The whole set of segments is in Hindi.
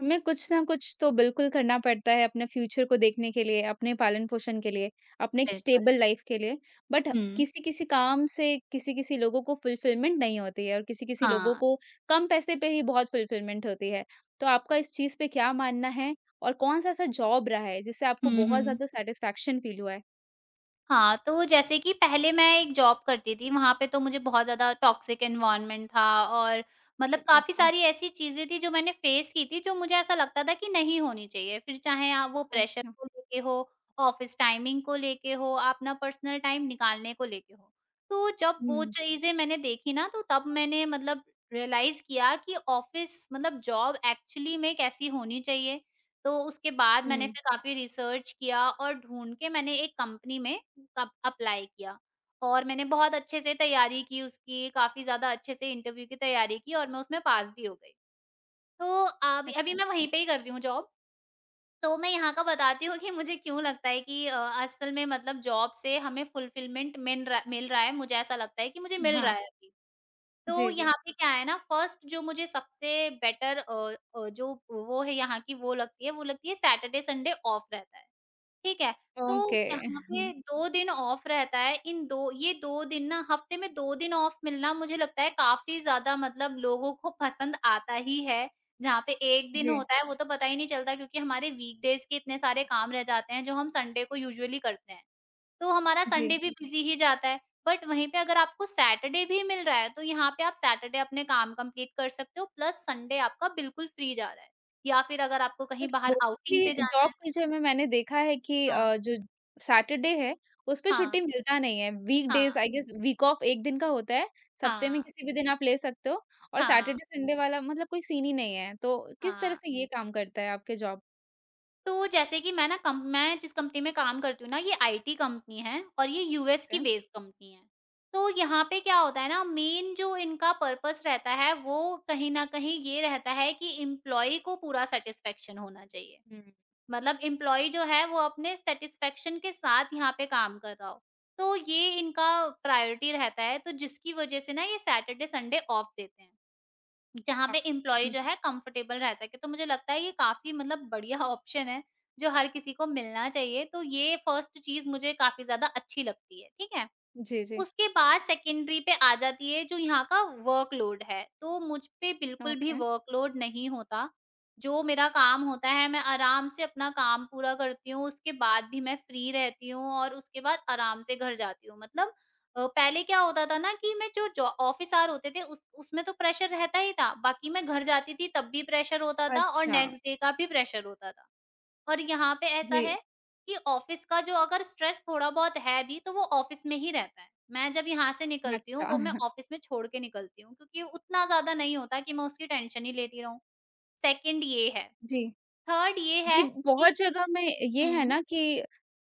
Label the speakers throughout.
Speaker 1: हमें कुछ ना कुछ तो बिल्कुल करना पड़ता है अपने फ्यूचर को देखने के लिए, अपने पालन-पोषण के लिए, अपने एक
Speaker 2: बिल्कुल,
Speaker 1: स्टेबल लाइफ के लिए। बट
Speaker 2: हुँ,
Speaker 1: किसी-किसी काम से किसी-किसी लोगों को फुलफिलमेंट नहीं होती है और किसी-किसी लोगों
Speaker 2: हाँ।
Speaker 1: को कम पैसे पे ही बहुत फुलफिलमेंट होती है। तो आपका इस चीज़ पे क्या मानना है और कौन-सा ऐसा जॉब रहा है जिससे आपको
Speaker 2: हुँ,
Speaker 1: बहुत
Speaker 2: हुँ।
Speaker 1: ज़्यादा सैटिस्फैक्शन फील हुआ है?
Speaker 2: हाँ, तो जैसे कि पहले मैं एक जॉब करती थी, वहाँ पे तो मुझे बहुत ज़्यादा टॉक्सिक एनवायरनमेंट था और मतलब
Speaker 1: हुँ,
Speaker 2: काफ़ी
Speaker 1: अच्छा,
Speaker 2: सारी ऐसी चीज़ें थी जो मैंने फेस की थी, जो मुझे ऐसा लगता था कि नहीं होनी चाहिए। फिर चाहे आप वो प्रेशर
Speaker 1: अच्छा।
Speaker 2: को लेके हो, ऑफ़िस टाइमिंग को लेके हो, अपना पर्सनल टाइम निकालने को लेके हो। तो जब वो
Speaker 1: हुँ,
Speaker 2: चीज़ें मैंने देखी ना, तो तब मैंने मतलब रियलाइज़ किया कि ऑफ़िस मतलब जॉब एक्चुअली में कैसी होनी चाहिए। तो उसके बाद मैंने
Speaker 1: हुँ,
Speaker 2: फिर काफ़ी रिसर्च किया और ढूँढ के मैंने एक कंपनी में अप अप्लाई किया और मैंने बहुत अच्छे से तैयारी की उसकी, काफ़ी ज़्यादा अच्छे से इंटरव्यू की तैयारी की और मैं उसमें पास भी हो गई। तो अभी अभी
Speaker 1: अच्छा।
Speaker 2: मैं वहीं पे ही कर रही हूँ जॉब। तो मैं यहाँ का बताती हूँ कि मुझे क्यों लगता है कि असल में मतलब जॉब से हमें फुलफिलमेंट मिल रहा है, मुझे ऐसा लगता है कि मुझे मिल
Speaker 1: हाँ,
Speaker 2: रहा है अभी। तो
Speaker 1: जी, जी।
Speaker 2: यहाँ पे क्या है ना फर्स्ट जो मुझे सबसे बेटर जो वो है यहाँ की वो लगती है सैटरडे संडे ऑफ रहता है, ठीक है? तो
Speaker 1: ओके।
Speaker 2: यहाँ पे 2 दिन ऑफ रहता है, इन 2 ये 2 दिन ना हफ्ते में 2 दिन ऑफ मिलना मुझे लगता है काफ़ी ज़्यादा मतलब लोगों को पसंद आता ही है। जहाँ पे 1 दिन
Speaker 1: जी,
Speaker 2: होता है वो तो पता ही नहीं चलता क्योंकि हमारे वीकडेज़ के इतने सारे काम रह जाते हैं जो हम संडे को यूजुअली करते हैं। तो हमारा
Speaker 1: जी।
Speaker 2: संडे भी बिज़ी ही जाता है। बट वहीं पे अगर आपको सैटरडे भी मिल रहा है, तो यहाँ पे आप सैटरडे अपने काम कंप्लीट कर सकते हो प्लस संडे आपका बिल्कुल फ्री जा रहा है। या फिर अगर आपको कहीं
Speaker 1: बट
Speaker 2: बाहर आउटिंग पे
Speaker 1: मोस्टली
Speaker 2: जाना
Speaker 1: जॉब
Speaker 2: है।
Speaker 1: कल्चर में मैंने देखा है कि
Speaker 2: हाँ,
Speaker 1: जो सैटरडे है उसपे
Speaker 2: हाँ,
Speaker 1: छुट्टी मिलता नहीं है।
Speaker 2: हाँ,
Speaker 1: weekdays I guess week off 1 दिन का होता है, सप्ताह में
Speaker 2: हाँ,
Speaker 1: किसी भी दिन आप ले सकते हो और
Speaker 2: हाँ,
Speaker 1: सैटरडे संडे वाला मतलब कोई सीन ही नहीं है। तो किस तरह
Speaker 2: हाँ।
Speaker 1: से ये काम करता है आपके जॉब
Speaker 2: तो जैसे कि मैं ना कम मैं जिस कंपनी में काम करती हूँ ना, ये आईटी कंपनी है और ये यूएस
Speaker 1: आपके?
Speaker 2: की बेस्ड कंपनी है। तो यहाँ पे क्या होता है ना, मेन जो इनका पर्पस रहता है, वो कहीं न कहीं ये रहता है कि एम्प्लॉयी को पूरा सैटिस्फैक्शन होना चाहिए।
Speaker 1: हुँ,
Speaker 2: मतलब एम्प्लॉयी जो है वो अपने सैटिस्फैक्शन के साथ यहाँ पे काम कर रहा हो। तो ये इनका प्रायोरिटी रहता है तो जिसकी वजह से ना ये सैटरडे, संडे ऑफ देते हैं। जहाँ
Speaker 1: वाह!
Speaker 2: पे एम्प्लॉयी जो है कंफर्टेबल रह सके। तो मुझे लगता है ये काफ़ी मतलब बढ़िया ऑप्शन है जो हर किसी को मिलना चाहिए। तो ये फर्स्ट चीज़ मुझे काफ़ी ज़्यादा अच्छी लगती है। ठीक है?
Speaker 1: जी, जी।
Speaker 2: उसके बाद सेकेंडरी पे आ जाती है जो यहाँ का वर्कलोड है, तो मुझ पे बिल्कुल भी
Speaker 1: ओके।
Speaker 2: वर्कलोड नहीं होता। जो मेरा काम होता है मैं आराम से अपना काम पूरा करती हूँ, उसके बाद भी मैं फ्री रहती हूँ और उसके बाद आराम से घर जाती हूँ। मतलब पहले क्या होता था ना कि मैं जो जॉ ऑफ़िस आवर होते थे उस उसमें तो प्रेशर रहता ही था, बाकी मैं घर जाती थी तब भी प्रेशर होता था और
Speaker 1: अच्छा।
Speaker 2: नेक्स्ट डे का भी प्रेशर होता था। और यहाँ पे ऐसा
Speaker 1: जी,
Speaker 2: है कि ऑफिस का जो अगर स्ट्रेस थोड़ा बहुत है भी तो वो ऑफिस में ही रहता है। मैं जब यहाँ से निकलती हूँ
Speaker 1: अच्छा।
Speaker 2: वो मैं ऑफिस में छोड़ के निकलती हूँ क्योंकि उतना ज़्यादा नहीं होता कि मैं उसकी टेंशन ही लेती रहूँ। सेकंड ये है,
Speaker 1: जी।
Speaker 2: थर्ड ये
Speaker 1: जी,
Speaker 2: है कि
Speaker 1: बहुत जगह में ये है
Speaker 2: हुँ।
Speaker 1: ना कि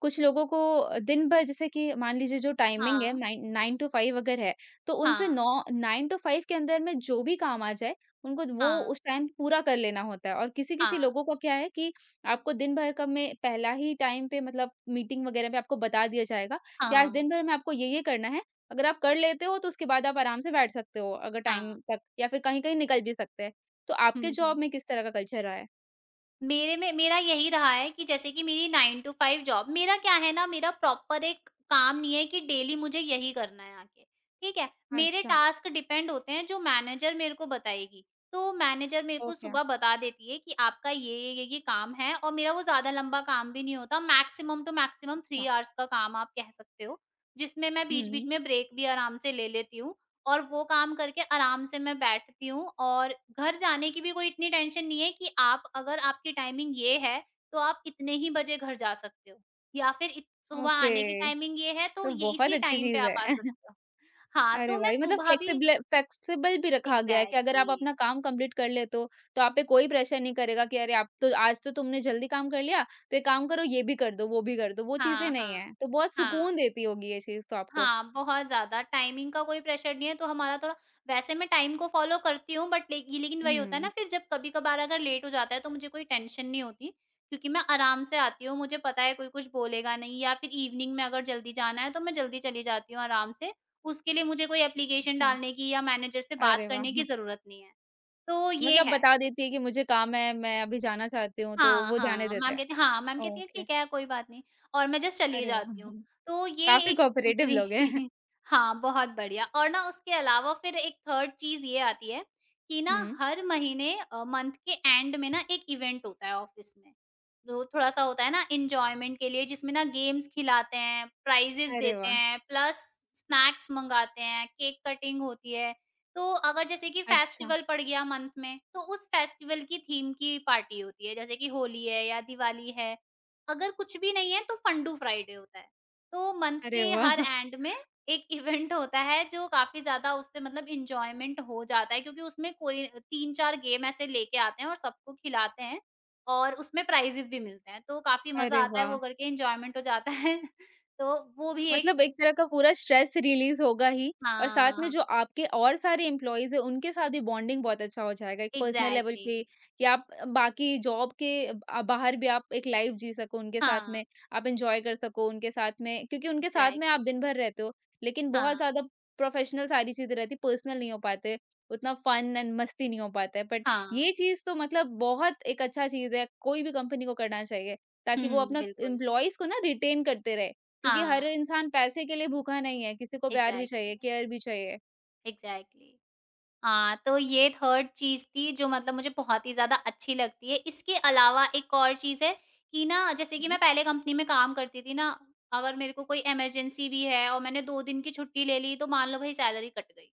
Speaker 1: कुछ लोगों को दिन भर जैसे कि मान लीजिए जो टाइमिंग है
Speaker 2: हाँ,
Speaker 1: नाइन 9 टू 5 अगर है, तो उनसे
Speaker 2: हाँ,
Speaker 1: नौ 9 टू 5 के अंदर में जो भी काम आ जाए, उनको वो
Speaker 2: हाँ,
Speaker 1: उस टाइम पूरा कर लेना होता है और
Speaker 2: हाँ,
Speaker 1: किसी-किसी लोगों को क्या है कि आपको दिन भर का में पहला ही टाइम पे मतलब मीटिंग वगैरह में आपको बता दिया जाएगा
Speaker 2: हाँ,
Speaker 1: कि आज
Speaker 2: हाँ,
Speaker 1: दिन भर में आपको ये-ये करना है। अगर आप कर लेते हो, तो उसके बाद आप आराम से बैठ सकते हो अगर टाइम
Speaker 2: हाँ।
Speaker 1: तक या फिर कहीं-कहीं निकल भी सकते हैं। तो
Speaker 2: हुँ,
Speaker 1: आपके जॉब
Speaker 2: हुँ।
Speaker 1: में किस तरह का कल्चर रहा है?
Speaker 2: मेरे में मेरा यही रहा है कि जैसे कि मेरी 9 टू 5 जॉब, मेरा क्या है ना मेरा प्रॉपर एक काम नहीं है कि डेली मुझे यही करना है आके, ठीक है? मेरे
Speaker 1: अच्छा,
Speaker 2: टास्क डिपेंड होते हैं जो मैनेजर मेरे को बताएगी। तो मैनेजर मेरे को
Speaker 1: ओके।
Speaker 2: सुबह बता देती है कि आपका ये काम है और मेरा वो ज़्यादा लंबा काम भी नहीं होता। मैक्सिमम 3
Speaker 1: अच्छा,
Speaker 2: आवर्स का काम आप कह सकते हो, जिसमें मैं
Speaker 1: हुँ।
Speaker 2: बीच-बीच में ब्रेक भी आराम से ले लेती हूँ। और वो काम करके आराम से मैं बैठती हूँ और घर जाने की भी कोई इतनी टेंशन नहीं है कि आप अगर आपकी टाइमिंग ये है, तो आप इतने ही बजे घर जा सकते हो, या फिर इत सुबह
Speaker 1: ओके,
Speaker 2: आने की टाइमिंग ये है तो
Speaker 1: तो
Speaker 2: ये
Speaker 1: बहुत
Speaker 2: इसी
Speaker 1: अच्छी
Speaker 2: टाइम पे
Speaker 1: चीज़
Speaker 2: आप
Speaker 1: है।
Speaker 2: आ सकते हो। हाँ,
Speaker 1: अरे
Speaker 2: तो
Speaker 1: वाह!
Speaker 2: मैं
Speaker 1: ये मतलब
Speaker 2: सुबह भी
Speaker 1: फ्लेक्सिबल फ्लेक्सिबल भी रखा गया है कि अगर
Speaker 2: एग्ज़ैक्टली
Speaker 1: आप अपना काम कंप्लीट कर लेते हो, तो आप पे कोई प्रेशर नहीं करेगा कि अरे आप तो आज तो तुमने जल्दी काम कर लिया, तो एक काम करो ये भी कर दो, वो भी कर दो, वो चीज़ें
Speaker 2: हाँ,
Speaker 1: नहीं
Speaker 2: हाँ,
Speaker 1: हैं। तो बहुत सुकून
Speaker 2: हाँ।
Speaker 1: देती होगी ये चीज़ तो आपको।
Speaker 2: हाँ, बहुत ज़्यादा टाइमिंग का कोई प्रेशर नहीं है तो हमारा थोड़ा वैसे मैं टाइम को फ़ॉलो करती हूँ बट लेकिन वही होता है
Speaker 1: हुँ।
Speaker 2: ना फिर जब कभी-कभार अगर लेट हो जाता है तो मुझे कोई टेंशन नहीं होती, क्योंकि मैं आराम से आती हूँ, मुझे पता है कोई कुछ बोलेगा नहीं या फिर इवनिंग में अगर जल्दी जाना है तो मैं जल्दी चली जाती हूँ आराम से। उसके लिए मुझे कोई एप्लीकेशन
Speaker 1: अच्छा।
Speaker 2: डालने की या मैनेजर से बात
Speaker 1: अरे वाह!
Speaker 2: करने की ज़रूरत नहीं है, तो ये
Speaker 1: मतलब
Speaker 2: है।
Speaker 1: बता देती है कि मुझे काम है, मैं अभी जाना चाहती हूँ, तो
Speaker 2: हाँ,
Speaker 1: वो जाने देते हैं।
Speaker 2: हाँ, मैम कहती हैं
Speaker 1: ओके,
Speaker 2: ठीक है, कोई बात नहीं और मैं जस्ट चली
Speaker 1: अरे वाह!
Speaker 2: जाती हूँ। तो ये
Speaker 1: काफ़ी
Speaker 2: एक
Speaker 1: कोऑपरेटिव
Speaker 2: दूसरी
Speaker 1: लोग हैं।
Speaker 2: हाँ, बहुत बढ़िया और ना उसके अलावा फिर एक थर्ड चीज़ ये आती है कि ना
Speaker 1: हुँ,
Speaker 2: हर महीने मंथ के एंड में ना एक इवेंट होता है ऑफ़िस में। जो थोड़ा-सा होता है ना एन्जॉयमेंट के लिए जिसमें ना गेम्स खिलाते हैं, प्राइज़ेज़
Speaker 1: अरे
Speaker 2: देते
Speaker 1: वाह!
Speaker 2: हैं, प्लस स्नैक्स मँगाते हैं, केक कटिंग होती है। तो अगर जैसे कि
Speaker 1: अच्छा।
Speaker 2: फेस्टिवल पड़ गया मंथ में, तो उस फेस्टिवल की थीम की पार्टी होती है, जैसे कि होली है या दिवाली है। अगर कुछ भी नहीं है तो फंडू फ्राइडे होता है। तो मंथ
Speaker 1: अरे
Speaker 2: के हर
Speaker 1: वाह!
Speaker 2: एंड में एक इवेंट होता है जो काफ़ी ज़्यादा उससे मतलब एन्जॉयमेंट हो जाता है क्योंकि उसमें कोई 3-4 गेम ऐसे लेके आते हैं और सबको खिलाते हैं और उसमें प्राइज़ेज़ भी मिलते हैं। तो काफ़ी मज़ा
Speaker 1: अरे
Speaker 2: आता है
Speaker 1: वाह!
Speaker 2: वो करके एन्जॉयमेंट हो जाता है। तो वो भी एक
Speaker 1: मतलब एक तरह का पूरा स्ट्रेस रिलीज़ होगा ही और साथ में
Speaker 2: हाँ,
Speaker 1: जो आपके और सारे एम्प्लॉइज़ हैं, उनके साथ भी बॉन्डिंग बहुत अच्छा हो जाएगा, एक पर्सनल लेवल
Speaker 2: एग्ज़ैक्टली।
Speaker 1: पे कि आप बाकी जॉब के बाहर भी आप एक लाइफ़ जी सको उनके साथ
Speaker 2: हाँ,
Speaker 1: में, आप एन्जॉय कर सको उनके साथ में क्योंकि उनके साथ
Speaker 2: एग्ज़ैक्ट
Speaker 1: में आप दिन भर रहते हो, लेकिन बहुत
Speaker 2: हाँ,
Speaker 1: ज़्यादा प्रोफ़ेशनल सारी चीज़ें रहती हैं, पर्सनल नहीं हो पाते, उतना फ़न एंड मस्ती नहीं हो पाता है। बट
Speaker 2: हाँ।
Speaker 1: ये चीज़ तो मतलब बहुत एक अच्छा चीज़ है, कोई भी कंपनी को करना चाहिए, ताकि वो
Speaker 2: हुँ,
Speaker 1: अपना
Speaker 2: बिल्कुल।
Speaker 1: एम्प्लॉइज़ को ना रिटेन करते रहे क्योंकि हर
Speaker 2: हाँ,
Speaker 1: इंसान पैसे के लिए भूखा नहीं है, किसी को प्यार भी चाहिए,
Speaker 2: एग्ज़ैक्टली,
Speaker 1: केयर भी चाहिए।
Speaker 2: एग्ज़ैक्टली। हाँ, तो ये 3rd चीज़ थी जो मतलब मुझे बहुत ही ज़्यादा अच्छी लगती है। इसके अलावा एक और चीज़ है कि ना जैसे कि
Speaker 1: हुँ।
Speaker 2: मैं पहले कंपनी में काम करती थी ना, अगर मेरे को कोई इमरजेंसी भी है और मैंने 2 दिन की छुट्टी ले ली तो मान लो भई सैलरी कट गई।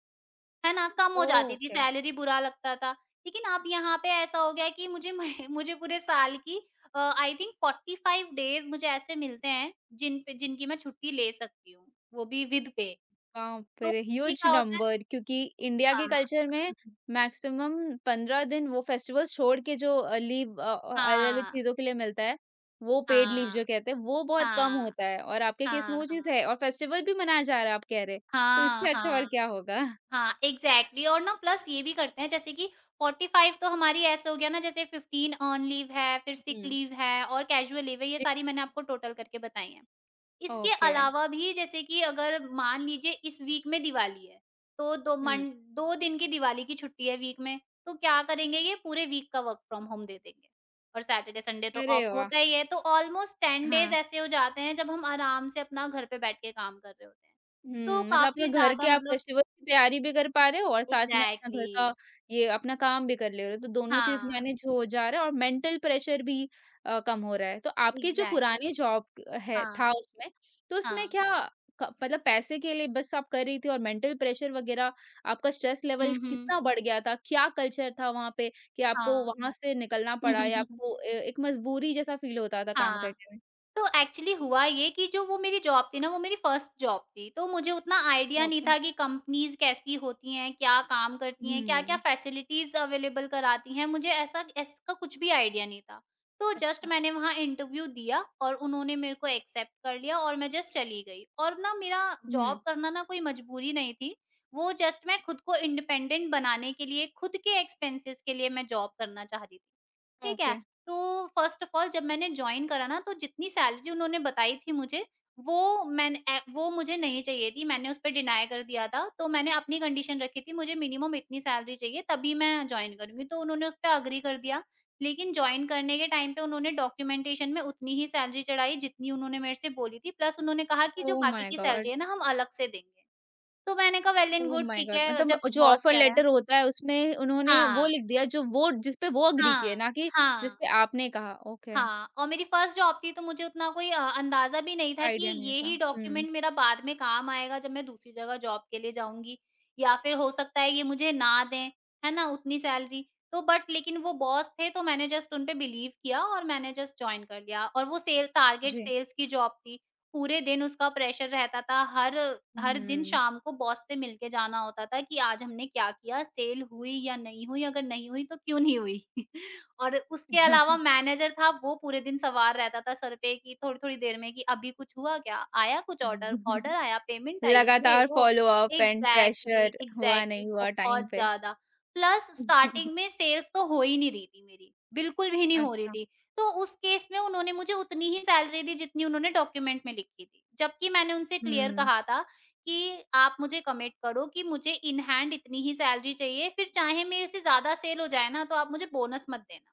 Speaker 2: है ना? कम
Speaker 1: तो
Speaker 2: हो जाती थी
Speaker 1: ओके।
Speaker 2: सैलरी, बुरा लगता था। लेकिन अब यहाँ पे ऐसा हो गया है कि मुझे पूरे साल की आई थिंक 45 डेज़ मुझे ऐसे मिलते हैं जिनकी मैं छुट्टी ले सकती हूँ, वो भी विद पे।
Speaker 1: वहाँ
Speaker 2: तो
Speaker 1: पर
Speaker 2: ये
Speaker 1: ह्यूज
Speaker 2: क्या होता है।
Speaker 1: नंबर क्योंकि इंडिया के
Speaker 2: हाँ।
Speaker 1: कल्चर में मैक्सिमम 15 दिन वो फेस्टिवल्स छोड़ के जो लीव अलग-अलग
Speaker 2: हाँ,
Speaker 1: चीज़ों के लिए मिलता है, वो पेड लीव जो
Speaker 2: हाँ,
Speaker 1: कहते हैं, वो बहुत कम
Speaker 2: हाँ,
Speaker 1: होता है और आपके केस में
Speaker 2: हाँ,
Speaker 1: वो चीज़
Speaker 2: हाँ।
Speaker 1: है और फेस्टिवल भी मनाया जा रहा है, आप कह रहे। तो इससे
Speaker 2: हाँ,
Speaker 1: अच्छा और
Speaker 2: हाँ,
Speaker 1: क्या होगा?
Speaker 2: हाँ, एग्ज़ैक्टली और ना प्लस ये भी करते हैं जैसे कि 45 तो हमारी ऐसे हो गया ना, जैसे 15 अर्न लीव है, फिर सिक
Speaker 1: हुँ।
Speaker 2: लीव है और कैज़ुअल लीव है, ये
Speaker 1: जी।
Speaker 2: सारी मैंने आपको टोटल करके बताई हैं। इसके
Speaker 1: ओके।
Speaker 2: अलावा भी जैसे कि अगर मान लीजिए इस वीक में दिवाली है, तो 2
Speaker 1: हुँ।
Speaker 2: मन 2 दिन की दिवाली की छुट्टी है वीक में, तो क्या करेंगे ये पूरे वीक का वर्क फ्रॉम होम दे देंगे। और सैटरडे संडे तो ऑफ
Speaker 1: अरे वाह!
Speaker 2: होता ही है, तो ऑलमोस्ट 10 डेज़
Speaker 1: हाँ।
Speaker 2: ऐसे हो जाते हैं जब हम आराम से अपना घर पे बैठ के काम कर रहे होते हैं। तो
Speaker 1: हुँ, मतलब अपना
Speaker 2: काफ़ी
Speaker 1: घर
Speaker 2: ज़्यादा
Speaker 1: के आप
Speaker 2: मतलब
Speaker 1: फेस्टिवल की तैयारी भी कर पा रहे हो और साथ में अपना घर
Speaker 2: एग्ज़ैक्टली
Speaker 1: का ये अपना काम भी कर ले रहे हो, तो दोनों
Speaker 2: हाँ,
Speaker 1: चीज़ मैनेज हो जा रहा है और मेंटल प्रेशर भी कम हो रहा है। तो आपकी जो
Speaker 2: एग्ज़ैक्टली
Speaker 1: पुरानी जॉब है था
Speaker 2: हाँ,
Speaker 1: उसमें, तो उसमें
Speaker 2: हाँ।
Speaker 1: क्या क मतलब पैसे के लिए बस आप कर रही थी और मेंटल प्रेशर वगैरह आपका स्ट्रेस लेवल
Speaker 2: हुँ, हुँ।
Speaker 1: कितना बढ़ गया था? क्या कल्चर था वहाँ पे कि आपको
Speaker 2: हाँ।
Speaker 1: वहाँ से निकलना पड़ा या आपको ए एक मजबूरी जैसा फील होता था काम
Speaker 2: हाँ।
Speaker 1: करने में?
Speaker 2: तो एक्चुअली हुआ ये कि जो वो मेरी जॉब थी ना, वो मेरी फर्स्ट जॉब थी। तो मुझे उतना आइडिया नहीं
Speaker 1: ओके।
Speaker 2: था कि कंपनीज़ कैसी होती हैं, क्या काम करती हैं, क्या-क्या
Speaker 1: हुँ।
Speaker 2: फैसिलिटीज़ अवेलेबल कराती हैं, मुझे ऐसा इसका कुछ भी आइडिया नहीं था। तो जस्ट
Speaker 1: अच्छा।
Speaker 2: मैंने वहाँ इंटरव्यू दिया और उन्होंने मेरे को एक्सेप्ट कर लिया और मैं जस्ट चली गई। और ना मेरा
Speaker 1: हुँ।
Speaker 2: जॉब करना ना कोई मजबूरी नहीं थी, वो जस्ट मैं खुद को इंडिपेंडेंट बनाने के लिए, खुद के एक्सपेंसेस के लिए मैं जॉब करना चाह रही थी। ठीक
Speaker 1: ओके।
Speaker 2: है? तो फर्स्ट ऑफ ऑल जब मैंने जॉइन करा ना तो जितनी सैलरी उन्होंने बताई थी मुझे वो मैंने वो मुझे नहीं चाहिए थी, मैंने उस पे डिनाई कर दिया था तो मैंने अपनी कंडीशन रखी थी मुझे मिनिमम इतनी सैलरी चाहिए तभी मैं ज्वाइन करूंगी, तो उन्होंने उस पर अग्री कर दिया। लेकिन ज्वाइन करने के टाइम पे उन्होंने डॉक्यूमेंटेशन में उतनी ही सैलरी चढ़ाई जितनी उन्होंने मेरे से बोली थी, प्लस उन्होंने कहा कि जो
Speaker 1: ओह
Speaker 2: बाकी
Speaker 1: माय
Speaker 2: की सैलरी
Speaker 1: गॉड!
Speaker 2: है ना हम अलग से देंगे। तो मैंने कहा well and
Speaker 1: oh
Speaker 2: good,
Speaker 1: my
Speaker 2: ठीक
Speaker 1: गॉड!
Speaker 2: है जब
Speaker 1: मतलब जो
Speaker 2: बॉस
Speaker 1: ऑफर
Speaker 2: कह रहा है।
Speaker 1: लेटर होता है उसमें उन्होंने वो
Speaker 2: हाँ,
Speaker 1: लिख दिया जो वो जिसपे वो एग्री किए
Speaker 2: हाँ,
Speaker 1: ना कि
Speaker 2: हाँ,
Speaker 1: जिसपे आपने कहा। ओके,
Speaker 2: हाँ, और मेरी फर्स्ट जॉब थी तो मुझे उतना कोई अंदाज़ा भी नहीं था कि
Speaker 1: आइडिया नहीं
Speaker 2: ये
Speaker 1: था।
Speaker 2: ही
Speaker 1: हुँ,
Speaker 2: डॉक्यूमेंट मेरा बाद में काम आएगा जब मैं दूसरी जगह जॉब के लिए जाऊँगी, या फिर हो सकता है ये मुझे ना दें, है ना? उतनी सैलरी। तो बट लेकिन वो बॉस थे तो मैंने जस्ट उन पे बिलीव किया और मैंने जस्ट जॉइन कर लिया और वो सेल टारगेट
Speaker 1: जी।
Speaker 2: सेल्स की जॉब थी। पूरे दिन उसका प्रेशर रहता था, हर हर दिन
Speaker 1: हुँ।
Speaker 2: शाम को बॉस से मिलके जाना होता था कि आज हमने क्या किया, सेल हुई या नहीं हुई? अगर नहीं हुई तो क्यों नहीं हुई? और उसके अलावा मैनेजर था वो पूरे दिन सवार रहता था सर पे कि थोड़ी-थोड़ी देर में कि अभी कुछ हुआ क्या? आया कुछ ऑर्डर? ऑर्डर आया? पेमेंट आई? ये
Speaker 1: लगातार
Speaker 2: वो।
Speaker 1: फ़ॉलो-अप एंड
Speaker 2: एग्ज़ैक्टली,
Speaker 1: प्रेशर हुआ
Speaker 2: एग्ज़ैक्टली
Speaker 1: नहीं हुआ टाइम
Speaker 2: बहुत
Speaker 1: पे।
Speaker 2: ज़्यादा। प्लस स्टार्टिंग में सेल्स तो हो ही नहीं रही थी मेरी, बिल्कुल भी नहीं हो रही
Speaker 1: अच्छा।
Speaker 2: थी। तो उस केस में उन्होंने मुझे उतनी ही सैलरी दी जितनी उन्होंने डॉक्यूमेंट में लिखी थी। जबकि मैंने उनसे क्लियर
Speaker 1: हुँ।
Speaker 2: कहा था कि आप मुझे कमिट करो कि मुझे इन हैंड इतनी ही सैलरी चाहिए, फिर चाहे मेरे से ज़्यादा सेल हो जाए ना तो आप मुझे बोनस मत देना।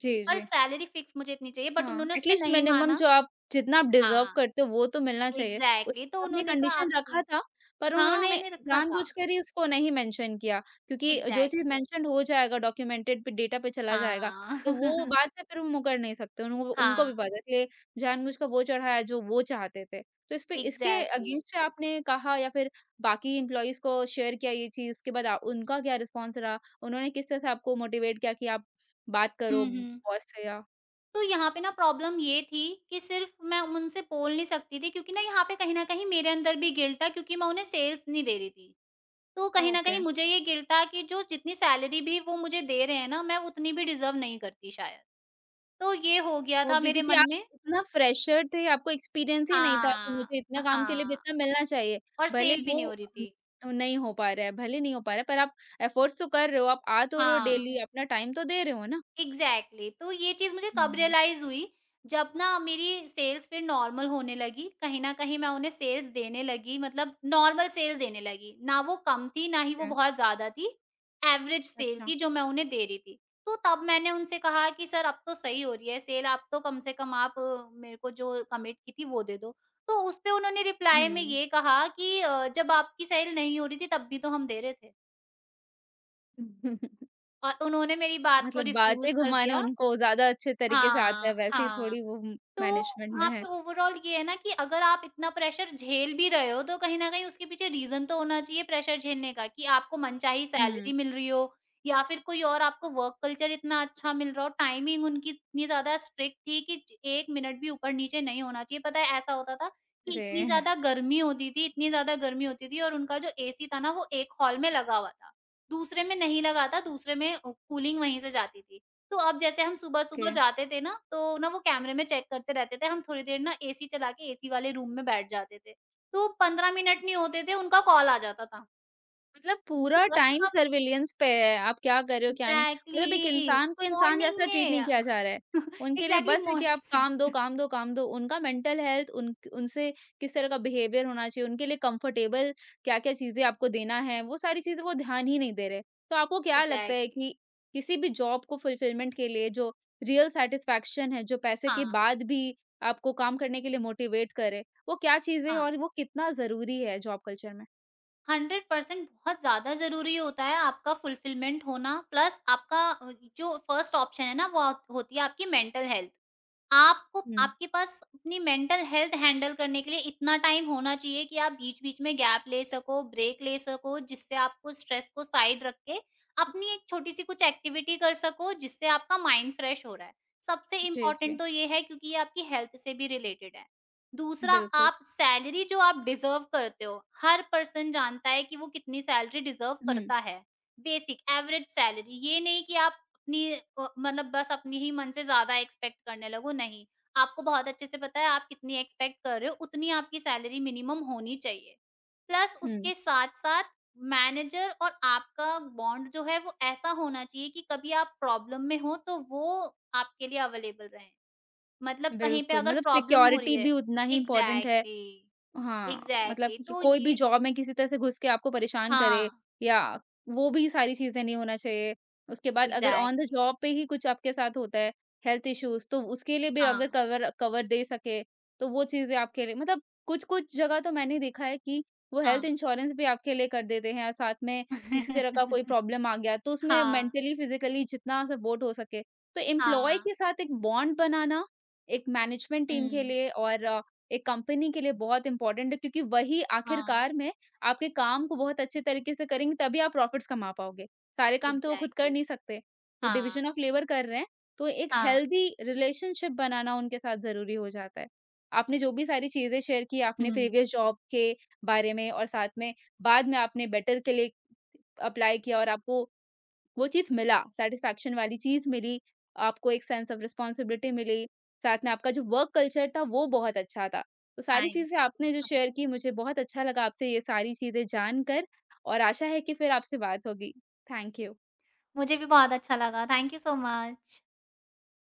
Speaker 1: जी,
Speaker 2: और
Speaker 1: जी।
Speaker 2: सैलरी फिक्स मुझे इतनी चाहिए बट
Speaker 1: हाँ,
Speaker 2: उन्होंने उसमें
Speaker 1: एटलीस्ट
Speaker 2: नहीं
Speaker 1: मिनिमम
Speaker 2: माना।
Speaker 1: जो आप जितना आप डिज़र्व
Speaker 2: हाँ,
Speaker 1: करते हो वो तो मिलना चाहिए।
Speaker 2: एग्ज़ैक्टली
Speaker 1: उसमें
Speaker 2: तो
Speaker 1: आपने
Speaker 2: उन्होंने कहा
Speaker 1: कंडीशन रखा
Speaker 2: आपकी।
Speaker 1: था पर
Speaker 2: हाँ,
Speaker 1: उन्होंने
Speaker 2: मैंने रखा था।
Speaker 1: जानबूझकर ही उसको नहीं मेंशन किया क्योंकि जो चीज़
Speaker 2: एग्ज़ैक्टली।
Speaker 1: मेंशन हो जाएगा डॉक्यूमेंटेड पे डेटा पे चला जाएगा,
Speaker 2: हाँ।
Speaker 1: तो वो बात से फिर वो मुकर नहीं सकते। उन्हों उनको
Speaker 2: हाँ,
Speaker 1: भी पता है कि ये जानबूझकर वो चढ़ाया जो वो चाहते थे। तो इस पे इसके
Speaker 2: एग्ज़ैक्टली।
Speaker 1: अगेंस्ट आपने कहा या फिर बाकी एम्प्लॉइज़ को शेयर किया ये चीज़, उसके बाद आ उनका क्या रिस्पॉन्स रहा? उन्होंने किस तरह से आपको मोटिवेट किया कि आप बात करो
Speaker 2: हुँ, हुँ।
Speaker 1: बॉस से या
Speaker 2: तो यहाँ पे ना प्रॉब्लम ये थी कि सिर्फ़ मैं उनसे बोल नहीं सकती थी क्योंकि ना यहाँ पे कहीं न कहीं मेरे अंदर भी गिल्ट था क्योंकि मैं उन्हें सेल्स नहीं दे रही थी। तो कहीं न
Speaker 1: ओके।
Speaker 2: कहीं मुझे ये गिल्ट था कि जो जितनी सैलरी भी वो मुझे दे रहे हैं ना, मैं उतनी भी डिज़र्व नहीं करती शायद। तो ये हो गया था
Speaker 1: ओके,
Speaker 2: मेरे
Speaker 1: क्योंकि
Speaker 2: मन
Speaker 1: आप
Speaker 2: में।
Speaker 1: इतना फ्रेशर थे, आपको एक्सपीरियंस ही नहीं था कि
Speaker 2: हाँ,
Speaker 1: मुझे इतना काम के लिए भी
Speaker 2: हाँ
Speaker 1: इतना मिलना चाहिए।
Speaker 2: और
Speaker 1: भले
Speaker 2: सेल भी
Speaker 1: वो
Speaker 2: नहीं हो रही थी।
Speaker 1: नहीं हो पा रहा है भले नहीं हो पा रहा है, पर आप एफर्ट्स तो कर रहे हो, आप आ तो रहे हो
Speaker 2: हाँ,
Speaker 1: डेली, अपना टाइम तो दे रहे हो ना।
Speaker 2: Exactly exactly। तो ये चीज मुझे कब
Speaker 1: हुँ,
Speaker 2: रियलाइज हुई जब ना मेरी सेल्स फिर नॉर्मल होने लगी कहीं ना कहीं मैं उन्हें सेल्स देने लगी मतलब नॉर्मल सेल्स देने लगी ना वो कम थी ना ही वो
Speaker 1: क्या?
Speaker 2: बहुत ज्यादा थी। एवरेज सेल
Speaker 1: अच्छा,
Speaker 2: थी जो मैं उन्हें दे रही थी तो तब मैंने उनसे कहा कि सर अब तो सही हो रही है सेल आप तो कम से कम आप मेरे को जो कमिट की थी वो दे दो। तो उस पे उन्होंने रिप्लाई में
Speaker 1: हुँ।
Speaker 2: ये कहा कि जब आपकी सेल नहीं हो रही थी तब भी तो हम दे रहे थे।" और उन्होंने मेरी बात को
Speaker 1: मतलब बातें
Speaker 2: रिफ्यूज कर
Speaker 1: घुमाना
Speaker 2: दिया।
Speaker 1: उनको ज़्यादा अच्छे तरीके से आता है,
Speaker 2: हाँ,
Speaker 1: वैसे ही
Speaker 2: हाँ।
Speaker 1: थोड़ी वो
Speaker 2: तो
Speaker 1: मैनेजमेंट में
Speaker 2: वहाँ
Speaker 1: है।
Speaker 2: पे ओवरऑल ये है ना कि अगर आप इतना प्रेशर झेल भी रहे हो, तो कहीं न कहीं उसके पीछे रीज़न तो होना चाहिए प्रेशर झेलने का कि आपको मनचाही
Speaker 1: हुँ,
Speaker 2: सैलरी मिल रही हो या फिर कोई और आपको वर्क कल्चर इतना अच्छा मिल रहा हो। टाइमिंग उनकी इतनी ज़्यादा स्ट्रिक्ट थी कि ज 1 मिनट भी ऊपर-नीचे नहीं होना चाहिए। पता है ऐसा होता था कि
Speaker 1: अरे!
Speaker 2: इतनी ज़्यादा गर्मी होती थी इतनी ज़्यादा गर्मी होती थी और उनका जो एसी था ना वो एक हॉल में लगा हुआ था, दूसरे में नहीं लगा था, दूसरे में कूलिंग वहीं से जाती थी। तो अब जैसे हम
Speaker 1: ओके।
Speaker 2: सुबह-सुबह जाते थे ना, तो ना वो कैमरे में चेक करते रहते थे। हम थोड़ी देर ना एसी चला के एसी वाले रूम में बैठ जाते थे। तो 15 मिनट नहीं होते थे, उनका कॉल आ जाता था
Speaker 1: मतलब
Speaker 2: कि
Speaker 1: पूरा
Speaker 2: बस अब
Speaker 1: टाइम
Speaker 2: आप।
Speaker 1: सर्विलेंस पे है, आप क्या कर रहे हो, क्या नहीं। मतलब एक
Speaker 2: एग्ज़ैक्टली
Speaker 1: इंसान को इंसान
Speaker 2: मॉर्निंग
Speaker 1: जैसा ट्रीट नहीं
Speaker 2: में।
Speaker 1: किया जा रहा है। उनके लिए
Speaker 2: एग्ज़ैक्टली
Speaker 1: बस है कि
Speaker 2: मॉर्निंग
Speaker 1: आप काम
Speaker 2: में।
Speaker 1: दो, काम दो, काम दो। उनका मेंटल हेल्थ, उन उनसे किस तरह का बिहेवियर होना चाहिए, उनके लिए कंफर्टेबल क्या-क्या चीज़ें आपको देना है, वो सारी चीज़ें वो ध्यान ही नहीं दे रहे। तो आपको क्या लगता है
Speaker 2: एग्ज़ैक्टली।
Speaker 1: कि किसी भी जॉब को फुलफिलमेंट के लिए जो रियल सैटिस्फैक्शन है, जो पैसे के
Speaker 2: हाँ,
Speaker 1: बाद भी आपको काम करने के लिए मोटिवेट करे, वो क्या चीज़ें हैं
Speaker 2: हाँ।
Speaker 1: और वो कितना ज़रूरी है जॉब कल्चर में?
Speaker 2: 100% बहुत ज़्यादा ज़रूरी होता है आपका फुलफिलमेंट होना प्लस आपका जो फर्स्ट ऑप्शन है ना, वो होती है आपकी मेंटल हेल्थ। आपको
Speaker 1: हुँ।
Speaker 2: आपके पास अपनी मेंटल हेल्थ हैंडल करने के लिए इतना टाइम होना चाहिए कि आप बीच-बीच में गैप ले सको, ब्रेक ले सको, जिससे आपको स्ट्रेस को साइड रख के अपनी एक छोटी-सी कुछ एक्टिविटी कर सको, जिससे आपका माइंड फ्रेश हो रहा है। सबसे
Speaker 1: जी,
Speaker 2: इम्पोर्टेंट
Speaker 1: जी।
Speaker 2: तो ये है क्योंकि ये आपकी हेल्थ से भी रिलेटेड है। दूसरा
Speaker 1: बिल्कुल।
Speaker 2: आप सैलरी जो आप डिज़र्व करते हो, हर पर्सन जानता है कि वो कितनी सैलरी डिज़र्व
Speaker 1: हुँ,
Speaker 2: करता है। बेसिक एवरेज सैलरी, ये नहीं कि अपनी मतलब बस अपनी ही मन से ज़्यादा एक्सपेक्ट करने लगो, नहीं। आपको बहुत अच्छे से पता है आप कितनी एक्सपेक्ट कर रहे हो, उतनी आपकी सैलरी मिनिमम होनी चाहिए। प्लस
Speaker 1: हुँ,
Speaker 2: उसके साथ-साथ मैनेजर और आपका बॉन्ड जो है वो ऐसा होना चाहिए कि कभी आप प्रॉब्लम में हो तो वो आपके लिए अवेलेबल रहें। मतलब कहीं पे
Speaker 1: बिल्कुल
Speaker 2: अगर
Speaker 1: मतलब
Speaker 2: प्रॉब्लम हो रही
Speaker 1: सिक्योरिटी
Speaker 2: है।
Speaker 1: भी उतना ही इम्पोर्टेंट है,
Speaker 2: एग्ज़ैक्टली,
Speaker 1: हाँ, मतलब
Speaker 2: एग्ज़ैक्टली
Speaker 1: कि
Speaker 2: तो
Speaker 1: कोई भी
Speaker 2: ये।
Speaker 1: जॉब में किसी तरह से घुस के आपको परेशान करे
Speaker 2: हाँ,
Speaker 1: या वो भी सारी चीज़ें नहीं होना चाहिए। उसके बाद अगर ऑन द
Speaker 2: एग्ज़ैक्टली।
Speaker 1: जॉब पे ही कुछ आपके साथ होता है, हेल्थ इश्यूज़ तो उसके लिए भी
Speaker 2: हाँ,
Speaker 1: अगर कवर कवर दे सके, तो वो चीज़ें आपके लिए मतलब कुछ-कुछ जगह तो मैंने देखा है कि वो हेल्थ
Speaker 2: हाँ।
Speaker 1: इंश्योरेंस भी आपके लिए कर देते हैं और साथ में किसी तरह का कोई प्रॉब्लम आ गया, तो उसमें
Speaker 2: हाँ,
Speaker 1: मेंटली, फिज़िकली जितना सपोर्ट हो सके। तो एम्प्लॉयी
Speaker 2: हाँ।
Speaker 1: के साथ एक बॉन्ड बनाना, एक मैनेजमेंट टीम के
Speaker 2: हुँ।
Speaker 1: लिए और एक कंपनी के लिए बहुत इम्पोर्टेंट है क्योंकि वही
Speaker 2: हाँ,
Speaker 1: आखिरकार में आपके काम को बहुत अच्छे तरीके से करेंगे तभी आप प्रॉफिट्स कमा पाओगे। सारे काम तो वो खुद कर
Speaker 2: एग्ज़ैक्टली।
Speaker 1: नहीं सकते। तो
Speaker 2: हाँ,
Speaker 1: डिवीज़न ऑफ लेबर कर रहे हैं, तो एक
Speaker 2: हाँ।
Speaker 1: हेल्दी रिलेशनशिप बनाना उनके साथ ज़रूरी हो जाता है। आपने जो भी सारी चीज़ें शेयर की आपने
Speaker 2: हुँ,
Speaker 1: प्रीवियस जॉब के बारे में और साथ में बाद में आपने बेटर के लिए अप्लाई किया और आपको वो चीज़ मिला, सैटिस्फैक्शन वाली चीज़ मिली, आपको एक सेंस ऑफ रिस्पॉन्सिबिलिटी मिली, साथ में आपका जो वर्क कल्चर था वो बहुत अच्छा था। तो सारी
Speaker 2: थैंक
Speaker 1: चीज़ें
Speaker 2: यू।
Speaker 1: आपने जो शेयर की मुझे बहुत अच्छा लगा आपसे ये सारी चीज़ें जानकर और आशा है कि फिर आपसे बात होगी। Thank you.
Speaker 2: मुझे भी बहुत अच्छा लगा। Thank you so much.